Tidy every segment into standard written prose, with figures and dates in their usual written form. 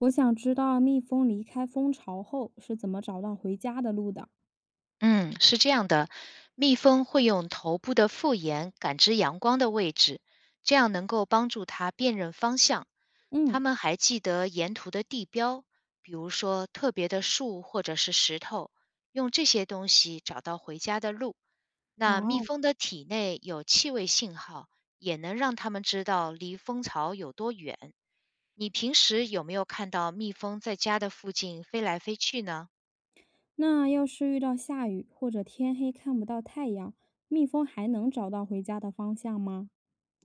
我想知道蜜蜂离开蜂巢后是怎么找到回家的路的。嗯，是这样的，蜜蜂会用头部的复眼感知阳光的位置，这样能够帮助它辨认方向。它嗯。们还记得沿途的地标，比如说特别的树或者是石头，用这些东西找到回家的路。那蜜哦。蜂的体内有气味信号，也能让它们知道离蜂巢有多远。你平时有没有看到蜜蜂在家的附近飞来飞去呢？那要是遇到下雨或者天黑看不到太阳，蜜蜂还能找到回家的方向吗？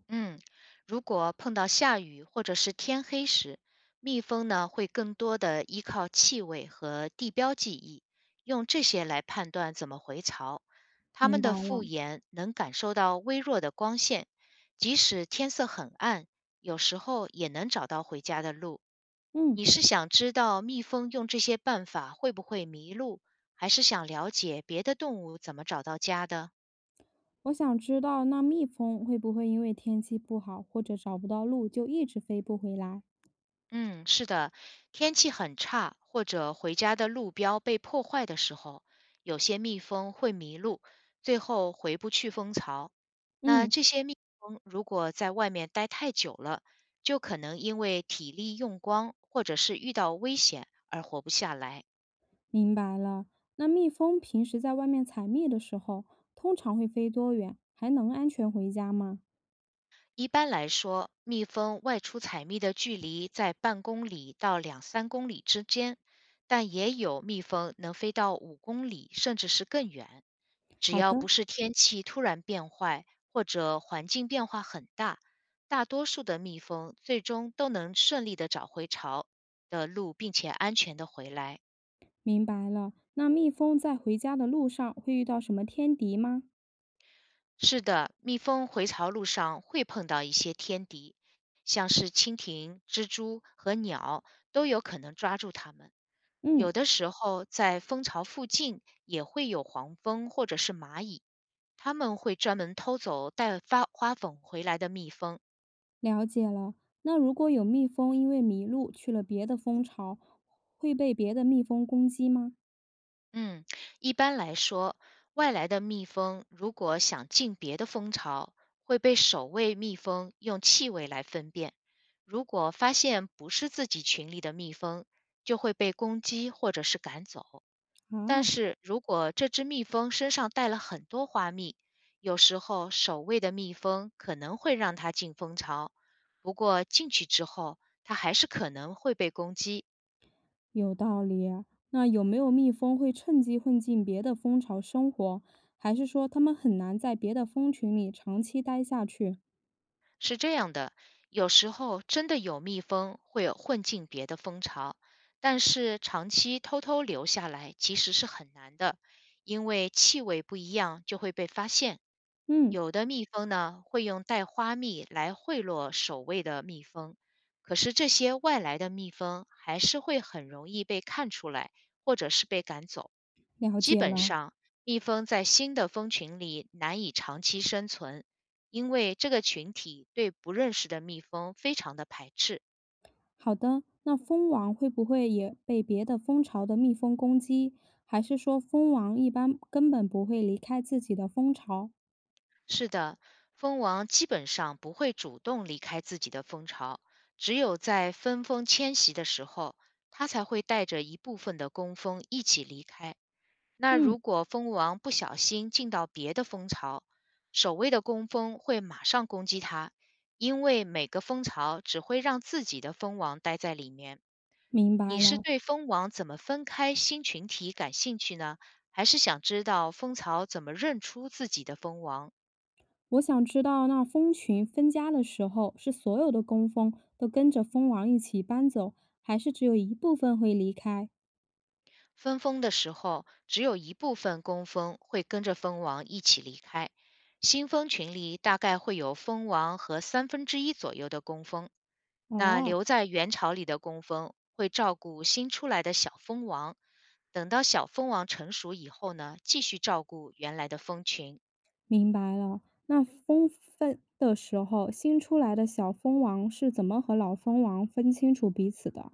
嗯，如果碰到下雨或者是天黑时，蜜蜂呢会更多的依靠气味和地标记忆，用这些来判断怎么回巢。它明们白的复了。眼能感受到微弱的光线，即使天色很暗，有时候也能找到回家的路。嗯，你是想知道蜜蜂用这些办法会不会迷路，还是想了解别的动物怎么找到家的？我想知道，那蜜蜂会不会因为天气不好或者找不到路就一直飞不回来？嗯，是的，天气很差或者回家的路标被破坏的时候，有些蜜蜂会迷路，最后回不去蜂巢。那嗯。这些蜜蜂如果在外面待太久了，就可能因为体力用光或者是遇到危险而活不下来。明白了。那蜜蜂平时在外面采蜜的时候，通常会飞多远？还能安全回家吗？一般来说，蜜蜂外出采蜜的距离在半公里到两三公里之间，但也有蜜蜂能飞到5公里甚至是更远。只好要的。不是天气突然变坏或者环境变化很大，大多数的蜜蜂最终都能顺利的找回巢的路，并且安全的回来。明白了。那蜜蜂在回家的路上会遇到什么天敌吗？是的，蜜蜂回巢路上会碰到一些天敌，像是蜻蜓、蜘蛛和鸟都有可能抓住它们。嗯。有的时候，在蜂巢附近也会有黄蜂或者是蚂蚁，它们会专门偷走带花粉回来的蜜蜂，了解了。那如果有蜜蜂因为迷路去了别的蜂巢，会被别的蜜蜂攻击吗？嗯，一般来说，外来的蜜蜂如果想进别的蜂巢，会被守卫蜜蜂用气味来分辨。如果发现不是自己群里的蜜蜂，就会被攻击或者是赶走。但啊，是如果这只蜜蜂身上带了很多花蜜，有时候守卫的蜜蜂可能会让它进蜂巢，不过进去之后，它还是可能会被攻击。有道理啊。那有没有蜜蜂会趁机混进别的蜂巢生活，还是说它们很难在别的蜂群里长期待下去？是这样的，有时候真的有蜜蜂会混进别的蜂巢，但是长期偷偷留下来其实是很难的，因为气味不一样就会被发现。嗯。有的蜜蜂呢会用带花蜜来贿赂守卫的蜜蜂，可是这些外来的蜜蜂还是会很容易被看出来，或者是被赶走。了基解本了。上，蜜蜂在新的蜂群里难以长期生存，因为这个群体对不认识的蜜蜂非常的排斥。好的，那蜂王会不会也被别的蜂巢的蜜蜂攻击？还是说蜂王一般根本不会离开自己的蜂巢？是的，蜂王基本上不会主动离开自己的蜂巢，只有在分蜂迁徙的时候，它才会带着一部分的工蜂一起离开。那嗯。如果蜂王不小心进到别的蜂巢，守卫的工蜂会马上攻击它，因为每个蜂巢只会让自己的蜂王待在里面。明白你是了。对蜂王怎么分开新群体感兴趣呢？还是想知道蜂巢怎么认出自己的蜂王？我想知道，那蜂群分家的时候，是所有的工蜂都跟着蜂王一起搬走，还是只有一部分会离开？分蜂的时候，只有一部分工蜂会跟着蜂王一起离开，新蜂群里大概会有蜂王和1/3左右的工蜂。那哦。留在原巢里的工蜂会照顾新出来的小蜂王，等到小蜂王成熟以后呢，继续照顾原来的蜂群。明白了。那蜂分的时候，新出来的小蜂王是怎么和老蜂王分清楚彼此的？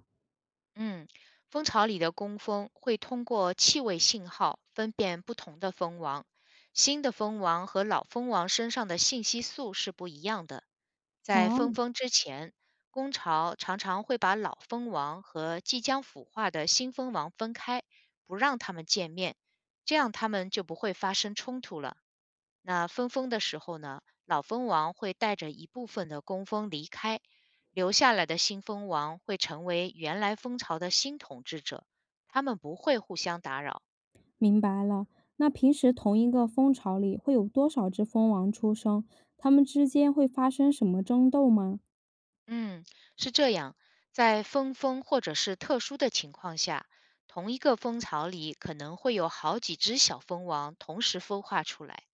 嗯，蜂巢里的工蜂会通过气味信号分辨不同的蜂王，新的蜂王和老蜂王身上的信息素是不一样的。在分哦。蜂之前，工巢常常会把老蜂王和即将孵化的新蜂王分开，不让它们见面，这样它们就不会发生冲突了。那分封的时候呢，老蜂王会带着一部分的工蜂离开，留下来的新蜂王会成为原来蜂巢的新统治者，他们不会互相打扰。明白了。那平时同一个蜂巢里会有多少只蜂王出生？它们之间会发生什么争斗吗？嗯，是这样，在分封或者是特殊的情况下，同一个蜂巢里可能会有好几只小蜂王同时孵化出来，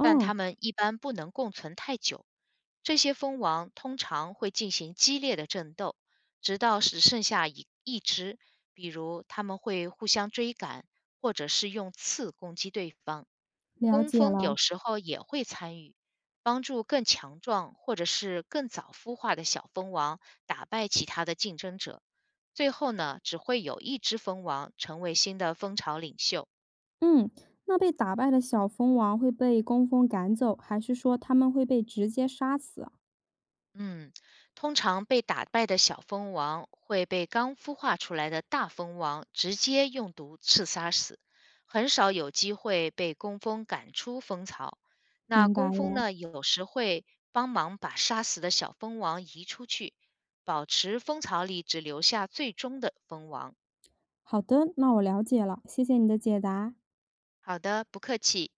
但它们一般不能共存太久。这些蜂王通常会进行激烈的争斗，直到只剩下一只。比如，它们会互相追赶，或者是用刺攻击对方。了工解蜂了。有时候也会参与，帮助更强壮或者是更早孵化的小蜂王打败其他的竞争者。最后呢，只会有一只蜂王成为新的蜂巢领袖。嗯，那被打败的小蜂王会被工蜂赶走，还是说它们会被直接杀死啊。嗯，通常被打败的小蜂王会被刚孵化出来的大蜂王直接用毒刺杀死，很少有机会被工蜂赶出蜂巢。那明白工蜂了。呢，有时会帮忙把杀死的小蜂王移出去，保持蜂巢里只留下最终的蜂王。好的，那我了解了，谢谢你的解答。好的，不客气。